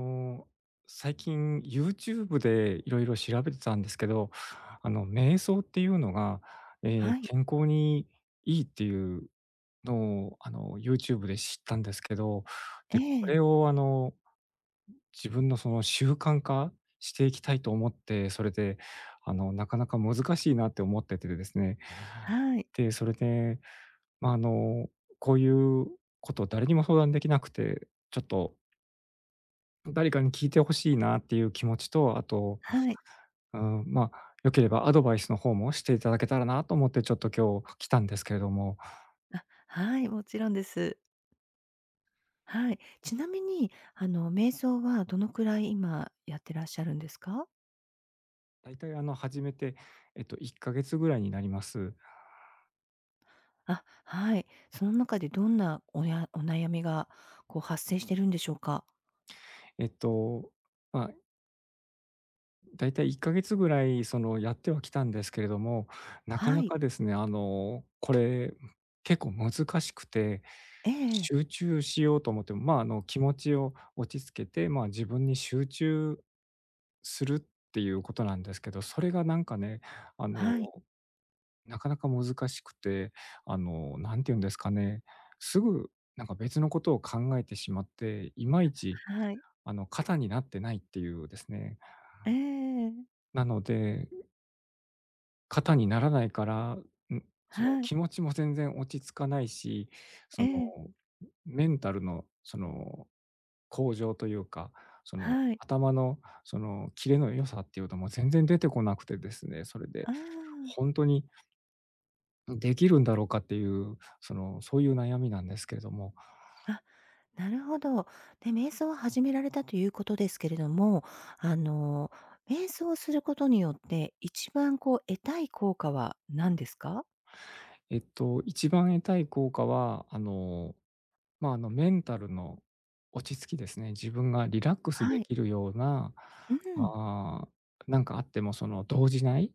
の、最近 YouTube でいろいろ調べてたんですけど、瞑想っていうのが、はい。健康にいいっていうのを、YouTube で知ったんですけど、えで、こえ。れを、自分のその習慣化していきたいと思って、それで、なかなか難しいなって思っててですね。はい。で、それで、まあ、こういうことを誰にも相談できなくて、ちょっと誰かに聞いてほしいなっていう気持ちと、あと、はい。うん、まあ、良ければアドバイスの方もしていただけたらなと思って、ちょっと今日来たんですけれども、あ、はい、もちろんです。はい。ちなみに、瞑想はどのくらい今やってらっしゃるんですか？だいたい、始めて、1ヶ月ぐらいになります。あ、はい。その中でどんなお悩みが、こう発生してるんでしょうか？えっと、まあ、だいたい1ヶ月ぐらい、その、やってはきたんですけれども、なかはない。かですね、これ、結構難しくて、ええ、集中しようと思っても、まあ、気持ちを落ち着けて、まあ、自分に集中するっていうことなんですけど、それがなんかね、あの、はい。なかなか難しくて、なんて言うんですかね、すぐなんか別のことを考えてしまって、いまいち、はい。肩になってないっていうですね。ええ。なので、肩にならないから、そのはい。気持ちも全然落ち着かないし、そえのえ。メンタルのその向上というか、そのはい。頭のそのキレの良さっていうのも全然出てこなくてですね、それで、ああ。本当にできるんだろうかっていう、その、そういう悩みなんですけれども、あ、なるほど。で、瞑想を始められたということですけれども、あの、瞑想をすることによって、一番こう得たい効果は何ですか？一番得たい効果は、まあ、メンタルの落ち着きですね。自分がリラックスはでい。きるような、うん。あーなんかあってもその動じない、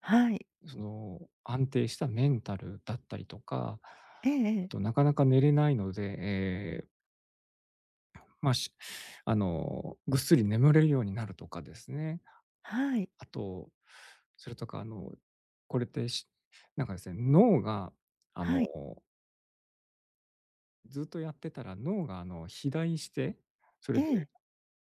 はい。その、安定したメンタルだったりとか、えええあえ。となかなか寝れないので、まあ、しあの、ぐっすり眠れるようになるとかですね。はい。あと、それとか、これってなんかですね、脳が、あの、はい。ずっとやってたら脳が、肥大して、それえで、え。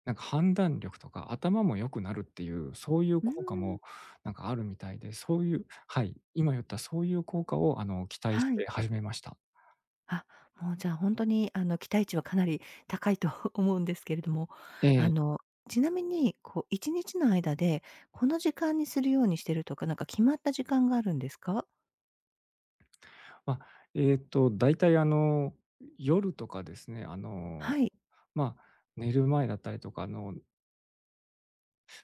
なんか判断力とか頭も良くなるっていう、そういうう効果ん。もなんかあるみたいで、そういう、はい、今言ったそういう効果を、期待しはい。て始めました。あ、もうじゃあ本当に期待値はかなり高いと 思うんですけれども、えあえ。の、ちなみにこう1日の間で、この時間にするようにしてるとか、なんか決まった時間があるんですか？まあ、だいたい、夜とかですね、はい。まあ、寝る前だったりとか、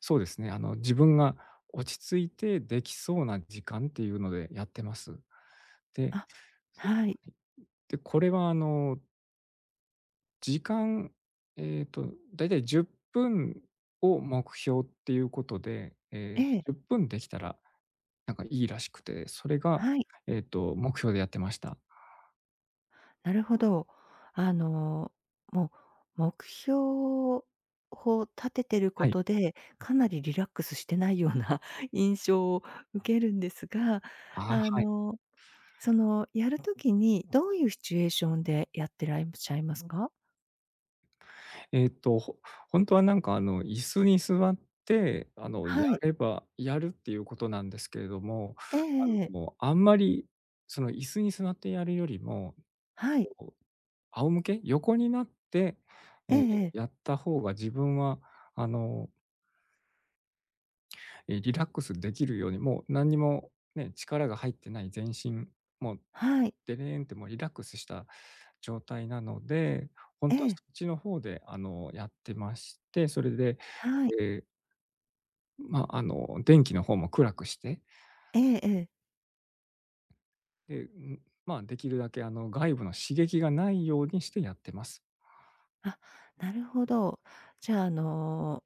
そうですね。自分が落ち着いてできそうな時間っていうのでやってます。で、あ、はい。で、これは時間、だいたい10分を目標っていうことで、ええ、10分できたらなんかいいらしくて、それが、はい、目標でやってました。なるほど。あの、もう目標を立ててるはこい。とで、かなりリラックスしてないような 印象を受けるんですが、ああ、あはい。の、やるときにどういうシチュエーションでやってらっしゃいますか？えっと、ほ本当はなんか椅子に座って、やはい。ればやるっていうことなんですけれども、ええええ。あんまりその椅子に座ってやるよりも、はい。こう、仰向け、横になって、えええーええ。やった方が自分はあの、リラックスできるように、もう何にもね、力が入ってない全身、もう、はい。でれんってもうリラックスした状態なので、本え当はそえ。っちの方でやってまして、それで、はい。えまあ、電気の方も暗くして、ええええ。で、まあ、できるだけ外部の刺激がないようにしてやってます。あ、なるほど。じゃあ、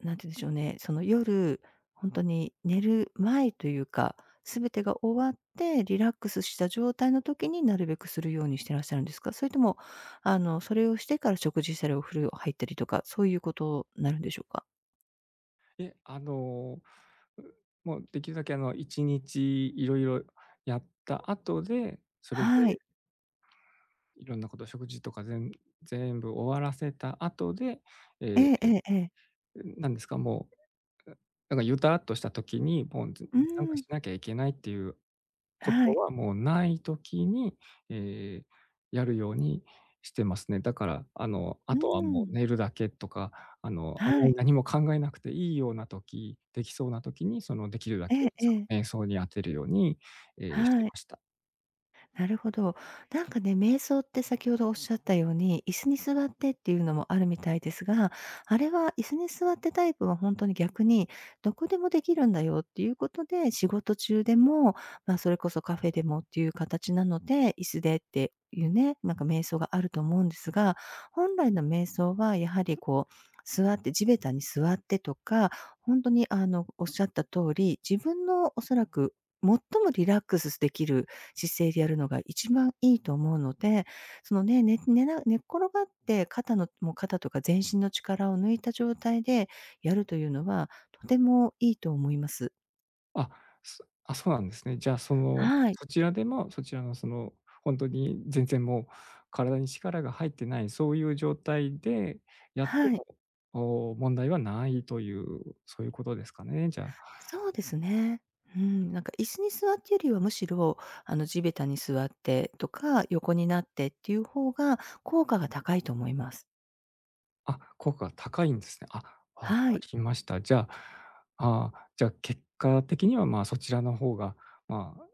なんて言うんでしょうね、その夜、本当に寝る前というか、すべてが終わってリラックスした状態の時になるべくするようにしてらっしゃるんですか？それとも、それをしてから食事したりお風呂入ったりとか、そういうことになるんでしょうか？で、うもうできるだけ1日いろいろやった後で、それではい。いろんなこと、食事とか全部終わらせた後で、えええええ、えええ。なんですか、もう、なんかゆたっとした時に、もう、ずうーなんかん、しなきゃいけないっていうこはとい。はもうない時に、えやるようにしてますね。だから、あうーとはもうん、寝るだけとか、あんまはりい。何も考えなくていいような時、できそうな時に、その、できるだえけ、えそええ。の、瞑想に当てるように、してはまい。した。なるほど。なんかね、瞑想って先ほどおっしゃったように、椅子に座ってっていうのもあるみたいですが、あれは椅子に座ってタイプは本当に逆に、どこでもできるんだよっていうことで、仕事中でも、まあ、それこそカフェでもっていう形なので、椅子でっていうね、なんか瞑想があると思うんですが、本来の瞑想はやはりこう、座って地べたに座ってとか、本当におっしゃった通り、自分のおそらく最もリラックスできる姿勢でやるのが一番いいと思うので、そのね、寝っ転がってもう肩とか全身の力を抜いた状態でやるというのは、とてもいいと思います。あ、そうなんですね。じゃあ、その、はい。そちらでも、そちらの、その、本当に全然もう体に力が入ってない、そういう状態でやってはも、い。問題はないという、そういうことですかね、じゃあ。そうですね。うん、なんか椅子に座ってよりは、むしろ、地べたに座ってとか、横になってっていう方が効果が高いと思います。あ、効果が高いんですね。あ、わかはい。りました。じゃあ、ああ、じゃあ結果的には、まあ、そちらの方が、まあ、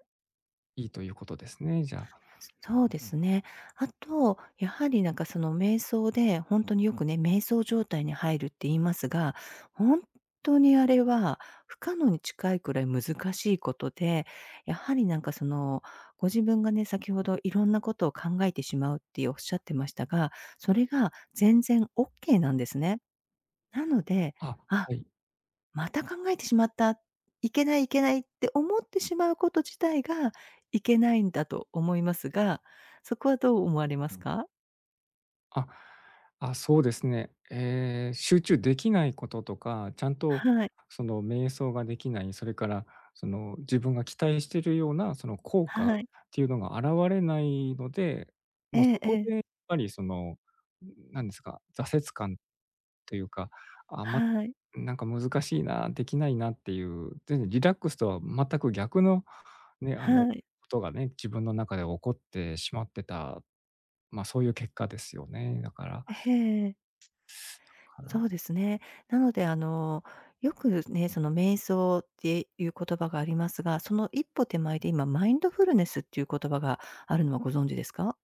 いいということですね、じゃあ。そうですね。あと、やはりなんかその瞑想で、本当によくね、瞑想状態に入るって言いますが、本当にあれは不可能に近いくらい難しいことで、やはりなんかその、ご自分がね、先ほどいろんなことを考えてしまうっておっしゃってましたが、それが全然オッケーなんですね。なので、あ、あ、はい。また考えてしまった、いけないいけないって思ってしまうこと自体が、いけないんだと思いますが、そこはどう思われますか？あ、あ、そうですね。集中できないこととか、ちゃんとはい、その瞑想ができない、それからその自分が期待しているようなその効果はい。っていうのが現れないので、えもうそええこえ、でやっぱりその、なんですか、挫折感というか、あ、ま、はい、なんか難しいな、できないなっていう、全然リラックスとは全く逆のね、こはい。とがね、自分の中で起こってしまってた、ま、そういう結果ですよね。だから、ええ。からそうですね。なのでよくね、その瞑想っていう言葉がありますが、その一歩手前で今マインドフルネスっていう言葉があるのはご存知ですか？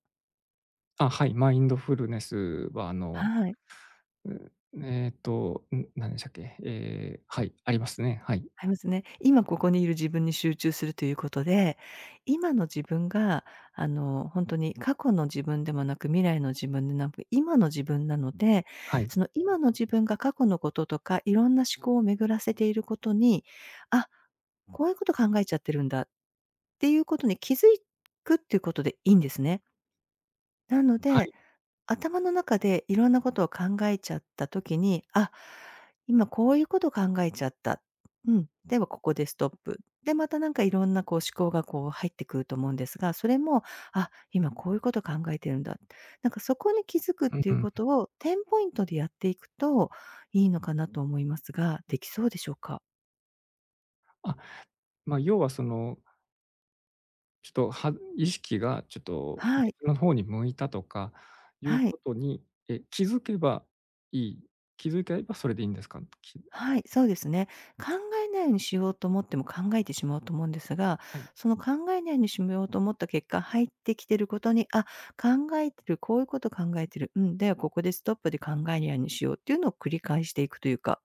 あ、はい、マインドフルネスははい。う何でしたっけ、ええ、はい、ありますね。はい。ありますね。今ここにいる自分に集中するということで、今の自分が、ほんとに過去の自分でもなく、未来の自分でなく、今の自分なので、はい。その今の自分が過去のこととか、いろんな思考を巡らせていることに、あ、こういうこと考えちゃってるんだっていうことに気づくっていうことでいいんですね。なのはでい。頭の中でいろんなことを考えちゃった時に、あ、今こういうこと考えちゃった。うん、ではここでストップ。で、またなんかいろんなこう思考がこう入ってくると思うんですが、それも、あ、今こういうこと考えてるんだ。なんかそこに気づくっうんていううこん。とをテンポイントでやっていくといいのかなと思いますが、できそうでしょうか？あ、ま、要はその、ちょっと、意識がちょっとはい、別の方に向いたとかいうはこい。とに、気づけばいい気づけばそれでいいんですか？はい、そうですね。考えないようにしようと思っても考えてしまうと思うんですが、はい。その考えないようにしようと思った結果、入ってきてることに、あ、考えてる、こういうこと考えてる、うん、ではここでストップで考えないようにしようっていうのを繰り返していくというか、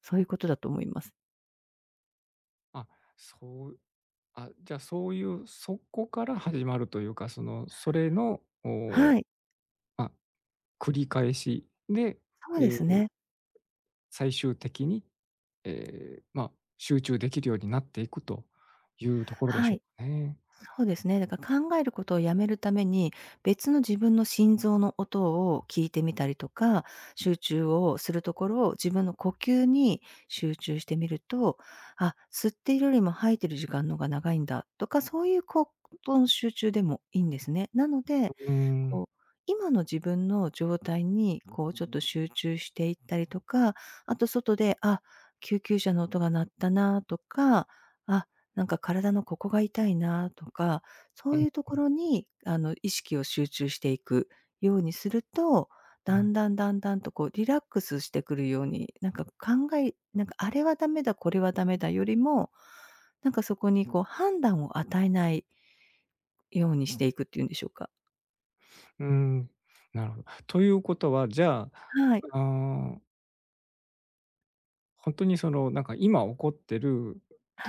そういうことだと思います。あ、そう、あ、じゃあ、そういう、そこから始まるというか、その、それの、はい、ま、繰り返しで、そうえですえ、ね。最終的に、ええ、ま、集中できるようになっていくというところではしょい。うかね。そうですね。だから、考えることをやめるために、別の自分の心臓の音を聞いてみたりとか、集中をするところを自分の呼吸に集中してみると、あ、吸っているよりも吐いている時間の方が長いんだとか、そういうことの集中でもいいんですね。なのうで、ーん、こう、今の自分の状態に、こう、ちょっと集中していったりとか、あと外で、あ、救急車の音が鳴ったなとか、あ、なんか体のここが痛いなとか、そううん、いうところに意識を集中していくようにすると、うだん、んだんだんだんとこうリラックスしてくるように、なんかなんかあれはダメだ、これはダメだよりも、なんかそこにこう判断を与えないようにしていくっていうんでしょうか。うーん、なるほど。ということは、じゃあ、はい、ああ、本当にその、なんか今起こってる、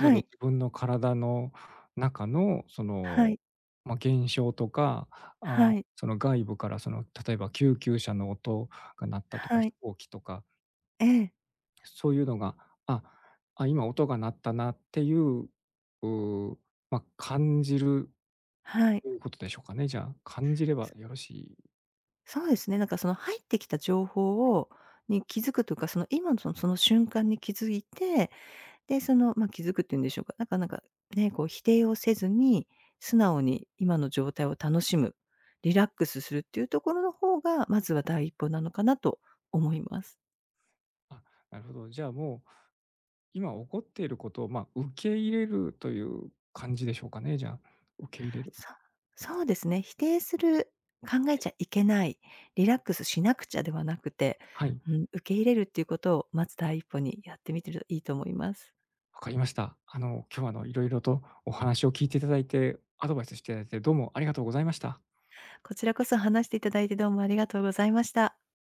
例えば自い、分の体の中のそはの、い、ま、現象とか、あ、はい、その外部からその、例えば救急車の音が鳴ったとか、は飛い、行機とか、ええ、そういうのが、あ、あ、今音が鳴ったなっていう、う、ま、感じるはい。ということでしょうかね、じゃあ。感じればよろしい？そうですね、なんかその入ってきた情報に気づくというか、その今のその瞬間に気づいてで、その、まあ、気づくっていうんでしょうか、なんか、ね、こう否定をせずに、素直に今の状態を楽しむ、リラックスするっていうところの方が、まずは第一歩なのかなと思います。あ、なるほど。じゃあもう今起こっていることを、まあ、受け入れるという感じでしょうかね、じゃあ。受け入れる。そそうですね、否定する、考えちゃいけない、リラックスしなくちゃではなくて、はい、うん、受け入れるっていうことをまず第一歩にやってみてるといいと思います。わかりました。今日は、いろいろとお話を聞いていただいて、アドバイスしていただいて、どうもありがとうございました。こちらこそ話していただいてどうもありがとうございました。